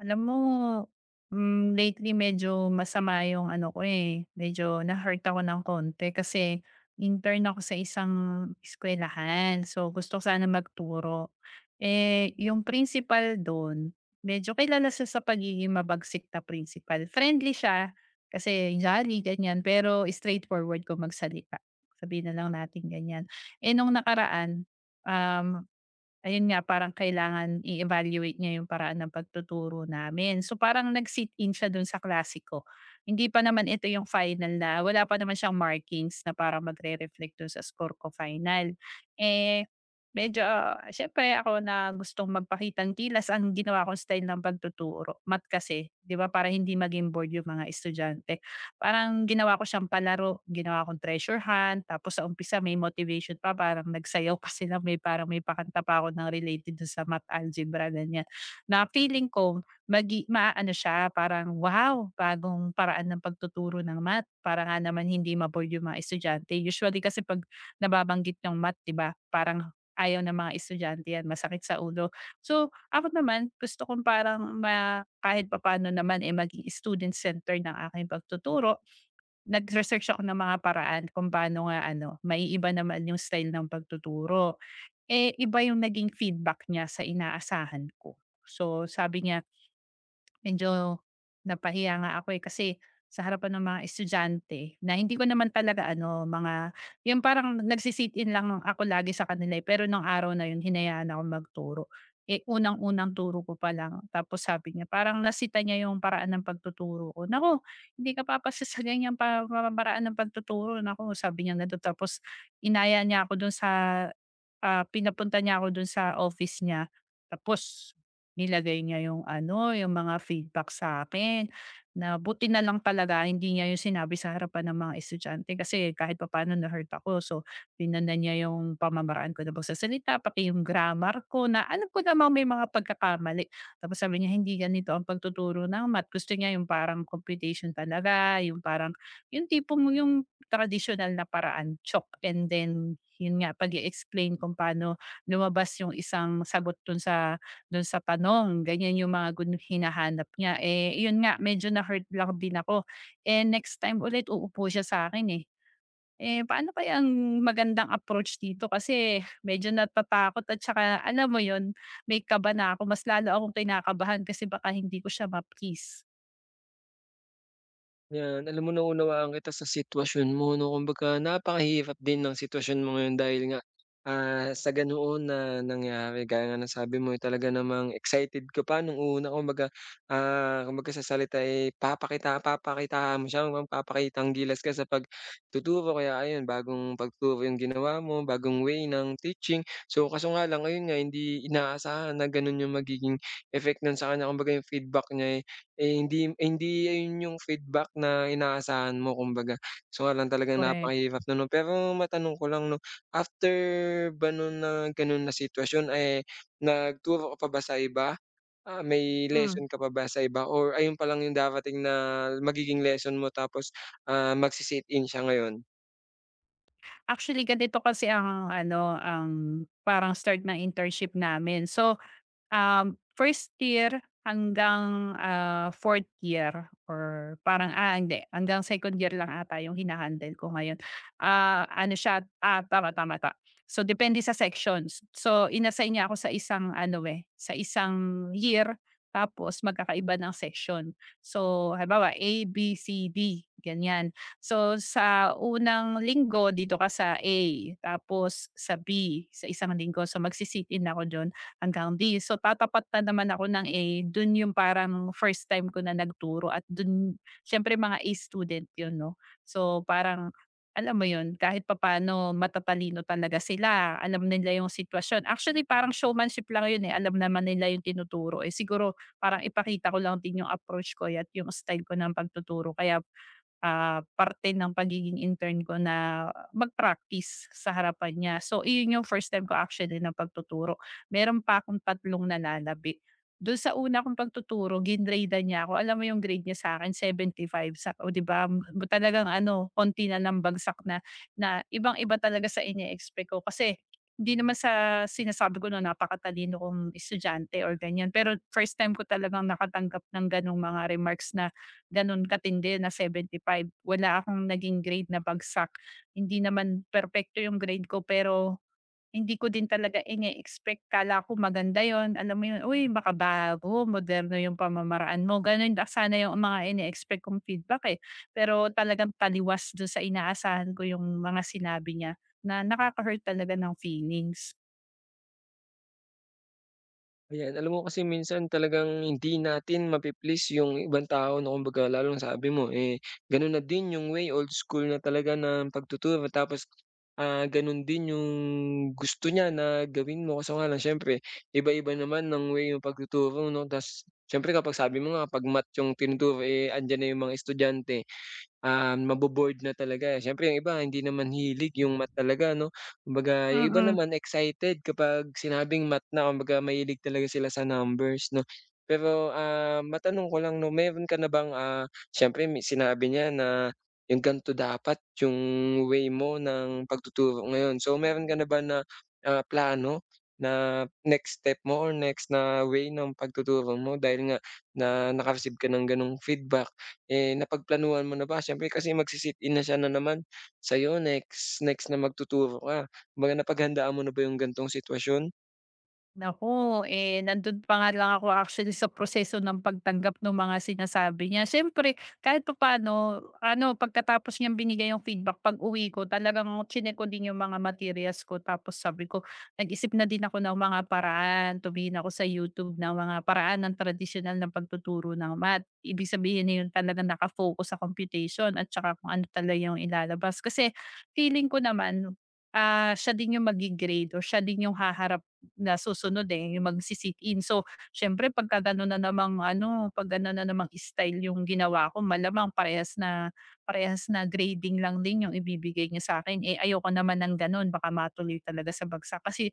Alam mo, lately medyo masama yung ano ko, eh, medyo na-hurt ako ng konti kasi intern ako sa isang eskuwelahan. So, gusto ko sana magturo. Eh, yung principal dun, medyo kilala siya sa pagiging mabagsik na principal. Friendly siya kasi jolly, ganyan. Pero straightforward kung magsalita. Sabihin na lang natin ganyan. Eh, nung nakaraan, um, Ayun nga, parang kailangan i-evaluate niya yung paraan ng pagtuturo namin. So, parang nag-sit-in siya dun sa klase ko. Hindi pa naman ito yung final na wala pa naman siyang markings na parang magre-reflect dun sa score ko final. Eh, medyo siyempre ako na gustong magpakitang kilos ang ginawa kong style ng pagtuturo, math kasi, 'di ba, para hindi maging bored yung mga estudyante. Parang ginawa ko siyang palaro, ginawa kong treasure hunt, tapos sa umpisa may motivation pa, parang nagsayaw pa sila, may parang may pakanta pa ako ng related dun sa math algebra, ganyan. Na feeling ko maaano siya, parang, "Wow, bagong paraan ng pagtuturo ng math." Para nga naman hindi ma-bored yung mga estudyante. Usually kasi 'pag nababanggit yung math, 'di ba, parang ayaw ng mga estudyante yan, masakit sa ulo. So, ako naman gusto kong parang kahit papaano naman, eh, maging student center ng aking pagtuturo. Nag-research ako ng mga paraan kung paano nga ano, maiiba naman yung style ng pagtuturo. Eh, iba yung naging feedback niya sa inaasahan ko. So, sabi niya, medyo napahiya nga ako, eh, kasi sa harapan ng mga estudyante na hindi ko naman talaga ano, mga yung parang nagsi in lang ako lagi sa kanila, eh, pero nung araw na yun hinayaan akong magturo. Eh, unang-unang turo ko pa lang tapos sabi niya parang nasita niya yung paraan ng pagtuturo ko. "Naku, hindi ka papasa sa ganyang pa paraan ng pagtuturo." Naku, sabi niya ganun tapos inaya niya ako dun sa, pinapunta niya ako dun sa office niya tapos nilagay niya yung ano, yung mga feedback sa akin na buti na lang talaga hindi niya yung sinabi sa harapan ng mga estudyante kasi kahit papaano na-hurt ako. So, tiningnan niya yung pamamaraan ko ng pagsasalita, pati yung grammar ko na alam ko namang may mga pagkakamali. Tapos sabi niya, "Hindi ganito ang pagtuturo ng math." Gusto niya yung parang computation talaga, yung parang yung tipong yung tradisyonal na paraan, chalk and then yun nga pag explain kung paano lumabas yung isang sagot dun sa tanong, ganyan yung mga gun hinahanap niya. Eh, yun nga medyo na-hurt lang din ako. Eh, next time ulit uupo siya sa'kin, eh. Eh, paano kaya ang magandang approach dito kasi medyo natatakot at saka alam mo yun, may kaba na ako. Mas lalo akong kinakabahan kasi baka hindi ko siya ma-please. 'Yan, alam mo naunawaan kita sa sitwasyon mo 'no, kumbaga napakahirap din ng sitwasyon mo ngayon dahil nga, sa ganoon na nangyari gaya nga ng sabi mo, eh, talaga namang excited ka pa nung una kumbaga, kumbaga sa salita, eh, papakitaan mo siya, magpapakitang gilas ka sa pagtuturo kaya ayun bagong pagtuturo yung ginawa mo, bagong way ng teaching. So, kaso nga lang ayun nga hindi inaasahan na gano'n yung magiging effect nun sa kanya, kumbaga yung feedback niya, hindi ayun yung feedback na inaasahan mo kumbaga. So, nga lang talagang Korek. napakahirap na nun 'no. Pero matanong ko lang 'no, after ba nun na ganun na sitwasyon, eh, nagturo ka pa ba sa iba? Ah, may Hmm. lesson ka pa ba sa iba or ayun pa lang yung darating na magiging lesson mo tapos, magsi-sit-in siya ngayon? Actually ganito kasi ang ano, ang parang start ng internship namin. So, first year hanggang, fourth year or parang, hindi hanggang second year lang ata yung hina ko ngayon. Ano siya, tama, tama. So, depende sa sections. So, inassign niya ako sa isang ano, eh, sa isang year tapos magkakaiba ng section. So, halimbawa A, B, C, D, ganyan. So, sa unang linggo dito ka sa A, tapos sa B sa isang linggo. So, magsi-sit-in ako dun hanggang this. So tatapat na naman ako ng A, dun yung parang first time ko na nagturo at dun siyempre mga A student yun 'no. So parang alam mo yun, kahit papaano matatalino talaga sila, alam nila yung sitwasyon. Actually parang showmanship lang yun, eh, alam naman nila yung tinuturo, eh, siguro parang ipakita ko lang din yung approach ko at yung style ko ng pagtuturo kaya parte ng pagiging intern ko na mag-practice sa harapan niya. So iyon yung first time ko actually na pagtuturo. Meron pa akong tatlong nananabi. Do'n sa una kong pagtuturo grinade-an niya ako. Alam mo yung grade niya sa akin 75 sa o 'di ba talagang ano konti na lang bagsak na na ibang-iba talaga sa ine-expect ko. Kasi hindi naman sa sinasabi ko na napakatalino kong estudyante or ganyan, pero first time ko talagang nakatanggap ng gano'ng mga remarks na gano'n katindi na seventy five. Wala akong naging grade na bagsak. Hindi naman perfecto yung grade ko pero hindi ko din talaga ine-expect. Akala ko maganda 'yun, alam mo 'yun, "Uy, baka bago, moderno yung pamamaraan mo." Gano'n da sana yung mga ine-expect kong feedback, eh. Pero talagang taliwas do'n sa inaasahan ko yung mga sinabi niya na nakaka-hurt talaga ng feelings. Ayan, alam mo kasi minsan talagang hindi natin mapi-please yung ibang tao na kumbaga lalo na sabi mo, eh, gano'n na din yung way old school na talaga ng pagtuturo tapos, gano'n din yung gusto niya na gawin mo kaso nga lang siyempre iba-iba naman ng way ng pagtuturo 'no, ta's siyempre kapag sabi mo nga 'pag math yung tinuturo, eh, andiyan na yung mga estudyante. Ah, maboboard na talaga. Siyempre yung iba hindi naman hilig yung math talaga 'no. Kumbaga yung iba Mm. naman excited kapag sinabing math na kumbaga mahilig talaga sila sa numbers 'no. Pero, ah, matanong ko lang 'no, meron ka na bang, ah, siyempre may sinabi niya na yung ganito dapat yung way mo ng pagtuturo ngayon. So meron ka na ba na, ah, plano na next step mo or next na way ng pagtuturo mo dahil nga na naka-receive ka ng gano'ng feedback? Eh, napagplanuhan mo na ba? Siyempre kasi magsi-sit-in na siya na naman sa'yo next next na magtuturo ka. Kumbaga napaghandaan mo na ba yung ganitong sitwasyon? Naku, eh, nandun pa nga lang ako actually sa proseso ng pagtanggap ng mga sinasabi niya. Siyempre kahit pa paano ano, pagkatapos niyang binigay yung feedback, pag-uwi ko talagang chineck ko din yung mga materials ko tapos sabi ko nag-isip na din ako ng mga paraan, tumingin ako sa YouTube ng mga paraan ng traditional ng pagtuturo ng math. Ibig sabihin na yun talagang naka-focus sa computation at saka kung ano talaga yung ilalabas. Kasi feeling ko naman, siya din yung maggi-grade or siya din yung haharap nasusunod, eh, yung magsi-sit-in. So, siyempre pagka gano'n na namang ano, 'pag gano'n na namang style yung ginawa ko malamang parehas na grading lang din yung ibibigay niya sa akin. Eh, ayoko naman ng gano'n baka matuloy talaga sa bagsak kasi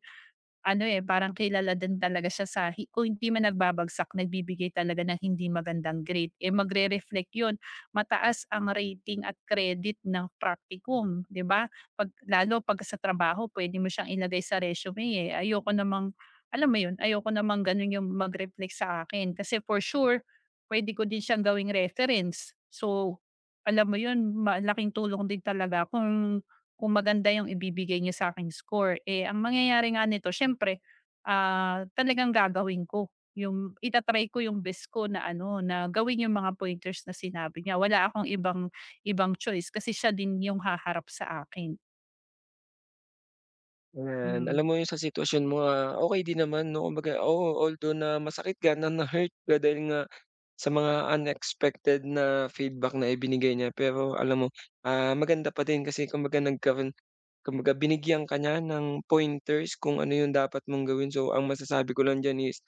ano, eh, parang kilala din talaga siya sa kung hindi man nagbabagsak nagbibigay talaga ng hindi magandang grade, eh, magre-reflect 'yun. Mataas ang rating at credit ng practicum, 'di ba? 'Pag lalo 'pag sa trabaho pwede mo siyang ilagay sa resume, eh. Ayoko namang alam mo 'yun, ayoko namang gano'n 'yung mag-reflect sa akin kasi for sure pwede ko din siyang gawing reference. So, alam mo 'yun, malaking tulong din talaga kung maganda yung ibibigay niyo sa'king score, eh, ang mangyayari nga nito siyempre, talagang gagawin ko yung ko yung best ko na ano, na gawin yung mga pointers na sinabi niya. Wala akong ibang ibang choice kasi siya din yung haharap sa akin. Ayan, Hmm. alam mo yung sa sitwasyon mo, ah, okey din naman 'no, kumbaga oo, although na masakit ka, na na-hurt ka dahil nga sa mga unexpected na feedback na ibinigay niya, pero alam mo, ah, maganda pa din kasi kumbaga nagkaroon. Kumbaga binigyan ka niya ng pointers kung ano yung dapat mong gawin. So, ang masasabi ko lang diyan is,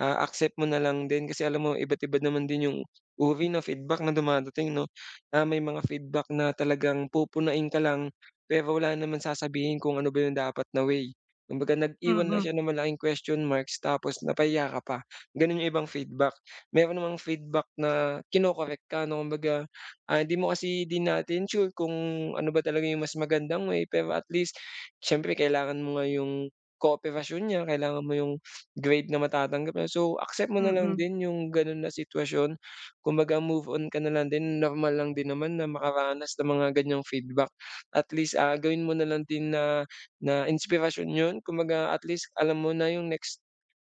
ah, accept mo na lang din kasi alam mo iba't iba naman din yung uri na feedback na dumadating 'no. Ah, may mga feedback na talagang pupunain ka lang, pero wala naman sasabihin kung ano ba yung dapat na way. Kumbaga nag-iwan na Mm, siya ng malaking question marks tapos napahiya ka pa, gano'n yung ibang feedback. Meron namang feedback na kino-correct ka 'no, kumbaga. Ah, hindi mo kasi din natin sure kung ano ba talaga yung mas magandang way, pero at least siyempre kailangan mo nga yung kooperasyon niya, kailangan mo yung grade na matatanggap niya. So, accept mo na mm, lang mm, din yung gano'n na sitwasyon, kumbaga move on ka na lang din, normal lang din naman na makaranas ng mga ganiyang feedback. At least, ah, gawin mo na lang din na na inspiration 'yun, kumbaga at least alam mo na yung next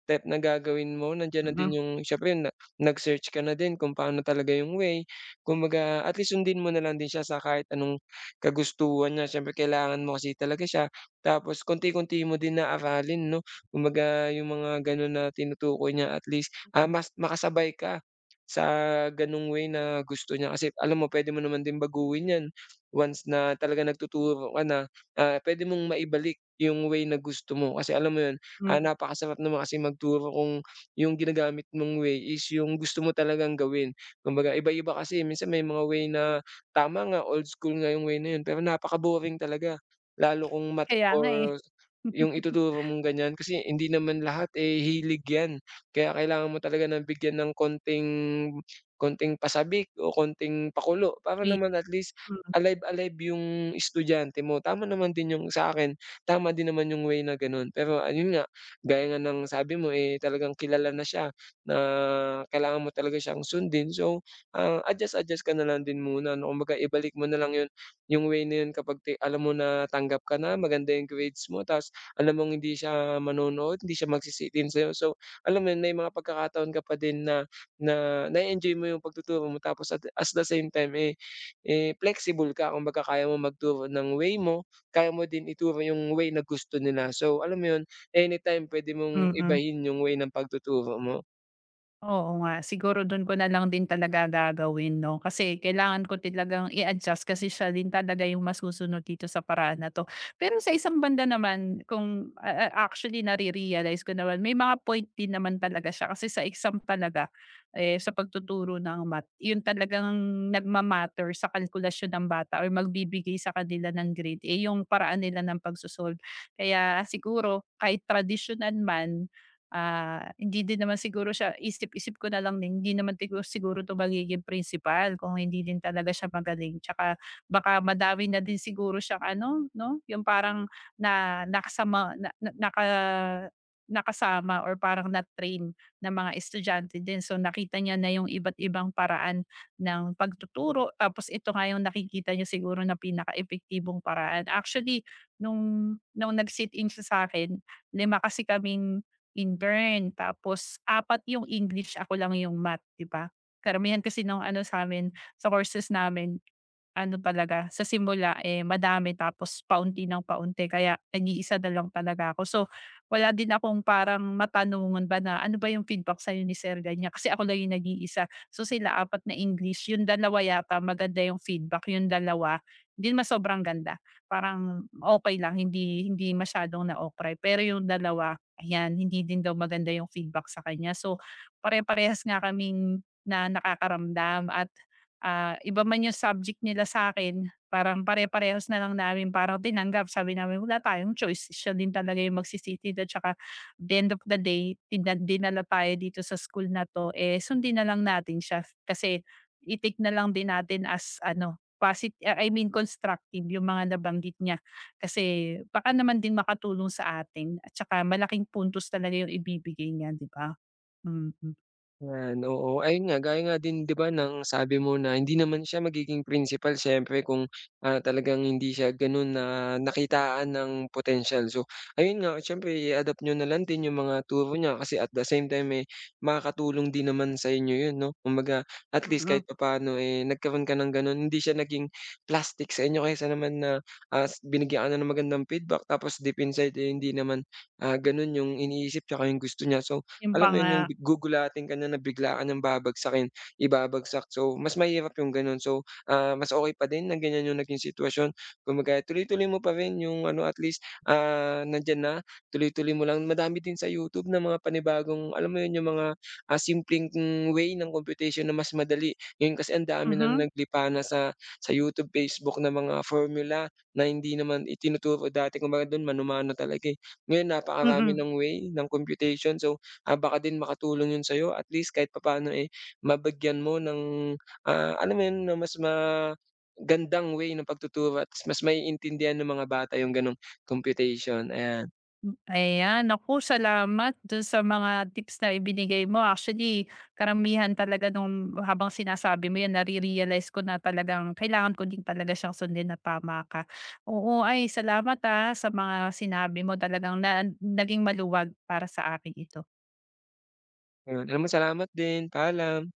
step na gagawin mo, nandiyan na mm, din yung siyempre na nag-search ka na din kung paano talaga yung way. Kumbaga at least sundin mo na lang din siya sa kahit anong kagustuhan niya, siyempre kailangan mo kasi talaga siya. Tapos konti-konti mo din na aralin 'no, kumbaga yung mga gano'n na tinutukoy niya at least, ah, mas makasabay ka sa gano'ng way na gusto niya. Kasi alam mo pwede mo naman din baguhin 'yan once na talaga nagtuturo ka na, ah, pwede mong maibalik yung way na gusto mo. Kasi alam mo 'yun, ah, mm. napakasarap naman kasi magturo kung yung ginagamit mong way is yung gusto mo talagang gawin. Kumbaga iba-iba kasi minsan may mga way na tama nga old school nga yung way na yun pero napaka-boring talaga. Lalo kung math Kaya nga eh. or yung ituturo mong ganyan kasi hindi naman lahat, eh, hilig yan. Kaya kailangan mo talaga na bigyan ng konting konting pasabik o konting pakulo para naman at least alive-alive yung estudyante mo. Tama naman din yung sa akin, tama din naman yung way na gano'n. Pero ayun nga, gaya nga ng sabi mo, eh, talagang kilala na siya. Na kailangan mo talaga siyang sundin. So, ah, adjust-adjust ka na lang din muna 'no, kumbaga ibalik mo na lang 'yun, yung way na 'yun kapag ti alam mo na tanggap ka na, maganda yung grades mo, ta's alam mong hindi siya manonood, hindi siya magsisi din sa'yo. So, alam mo 'yun, may mga pagkakataon ka pa din na na na-e-enjoy mo yung pagtuturo mo tapos at as the same time, eh, flexible ka. Kumbaga kaya mo magturo ng way mo, kaya mo din ituro yung way na gusto nila. So, alam mo 'yun, anytime puwede Mm, mong mm. ibahin yung way ng pagtuturo mo. Oo nga, siguro dun ko na lang din talaga gagawin 'no, kasi kailangan ko talagang i-adjust kasi siya din talaga yung masusunod dito sa paraan na 'to. Pero sa isang banda naman kung a actually nare-realize ko naman may mga point din naman talaga siya kasi sa exam talaga, eh, sa pagtuturo ng math yun talagang nagma sa kalkulasyon ng bata or magbibigay sa kanila ng grade, eh, yung paraan nila ng. Kaya siguro kahit traditional man. Hindi din naman siguro siya isip-isip ko na lang din hindi naman tigu siguro 'to magiging principal kung hindi din talaga siya magaling. Tsaka baka madami na din siguro siyang ano 'no, yung parang na nakasama na na naka nakasama or parang na-train na mga estudyante din. So, nakita niya na yung iba't ibang paraan ng pagtuturo tapos ito nga yung nakikita niya siguro na pinaka epektibong paraan. Actually, nung nag-sit-in siya sa'kin, 5 kasi kaming Intern, tapos apat yung English, ako lang yung Math, 'di ba? Karamihan kasi ng ano sa'min, sa courses namin ano talaga, sa simula, eh, madami tapos paunti ng paunti kaya nag-iisa na lang talaga ako. So, wala din akong parang matanungan ba na, "Ano ba yung feedback sa'yo ni sir?" Ganyan, kasi ako lang yung nag-iisa. So, sila apat na English, yung dalawa yata maganda yung feedback, yung dalawa hindi naman sobrang ganda, parang okey lang, hindi hindi masyadong na-okray. Pero yung dalawa, ayan, hindi din daw maganda yung feedback sa kanya. So, pare-parehas nga kaming na nakakaramdam at iba man yung subject nila sa akin parang pare-parehas na lang namin parang tinanggap. Sabi namin, "Wala tayong choice, siya din talaga yung magsisitid at saka the end of the day dinala tayo dito sa school na 'to, eh, sundin na lang natin siya kasi itik na lang din natin as ano, I mean constructive yung mga nabanggit niya. Kasi baka naman din makatulong sa atin at saka malaking puntos talaga yung ibibigay niya, 'di ba?" Mm, Mm. Yan, oo. Ayun nga, gaya nga din 'di ba ng sabi mo na hindi naman siya magiging principal siyempre kung, ah, talagang hindi siya gano'n na nakitaan ng potensyal. So, ayun nga, siyempre i-adapt niyo na lang din yung mga turo niya kasi at the same time, eh, makakatulong din naman sa inyo 'yun 'no. Kumbaga at least mm. kahit papaano, eh, nagkaroon ka ng gano'n, hindi siya naging plastic sa inyo kaysa naman na, ah, s binigyan ka na ng magandang feedback tapos deep inside, eh, hindi naman, ah, gano'n yung iniisip tsaka yung gusto niya. So, Yun pa alam mo yun, nga. yung bi- gugulatin ka na na bigla ka ng babagsakin, ibabagsak. So, mas mahirap yung gano'n. So, ah, mas okay pa din na ganyan yung naging sitwasyon. Kumbaga tuloy-tuloy mo pa rin yung ano, at least, ah, nandiyan na, tuloy-tuloy mo lang. Madami din sa YouTube na mga panibagong alam mo yun, yung mga, ah, simpleng way ng computation na mas madali. Ngayon kasi ang dami na Mhm, naglipa na sa YouTube, Facebook na mga formula na hindi naman itinuturo dati. Kumbaga dun manumano talaga, eh. Ngayon napakarami mm. ng way ng computation. So ah, baka din makatulong yun sa'yo at least kahit papaano, eh, mabagyan mo ng, ah, alam mo yun, ng mas magandang way ng pagtuturo at mas maiintindihan ng mga bata yung gano'ng computation, ayan. Ayan, naku salamat dun sa mga tips na ibinigay mo. Actually, karamihan talaga nung habang sinasabi mo yan nare-realize ko na talagang kailangan ko din talaga siyang sundin na tama ka. Oo, ay salamat, sa mga sinabi mo talagang na naging maluwag para sa akin ito. Ayun, alam mo salamat din, paalam.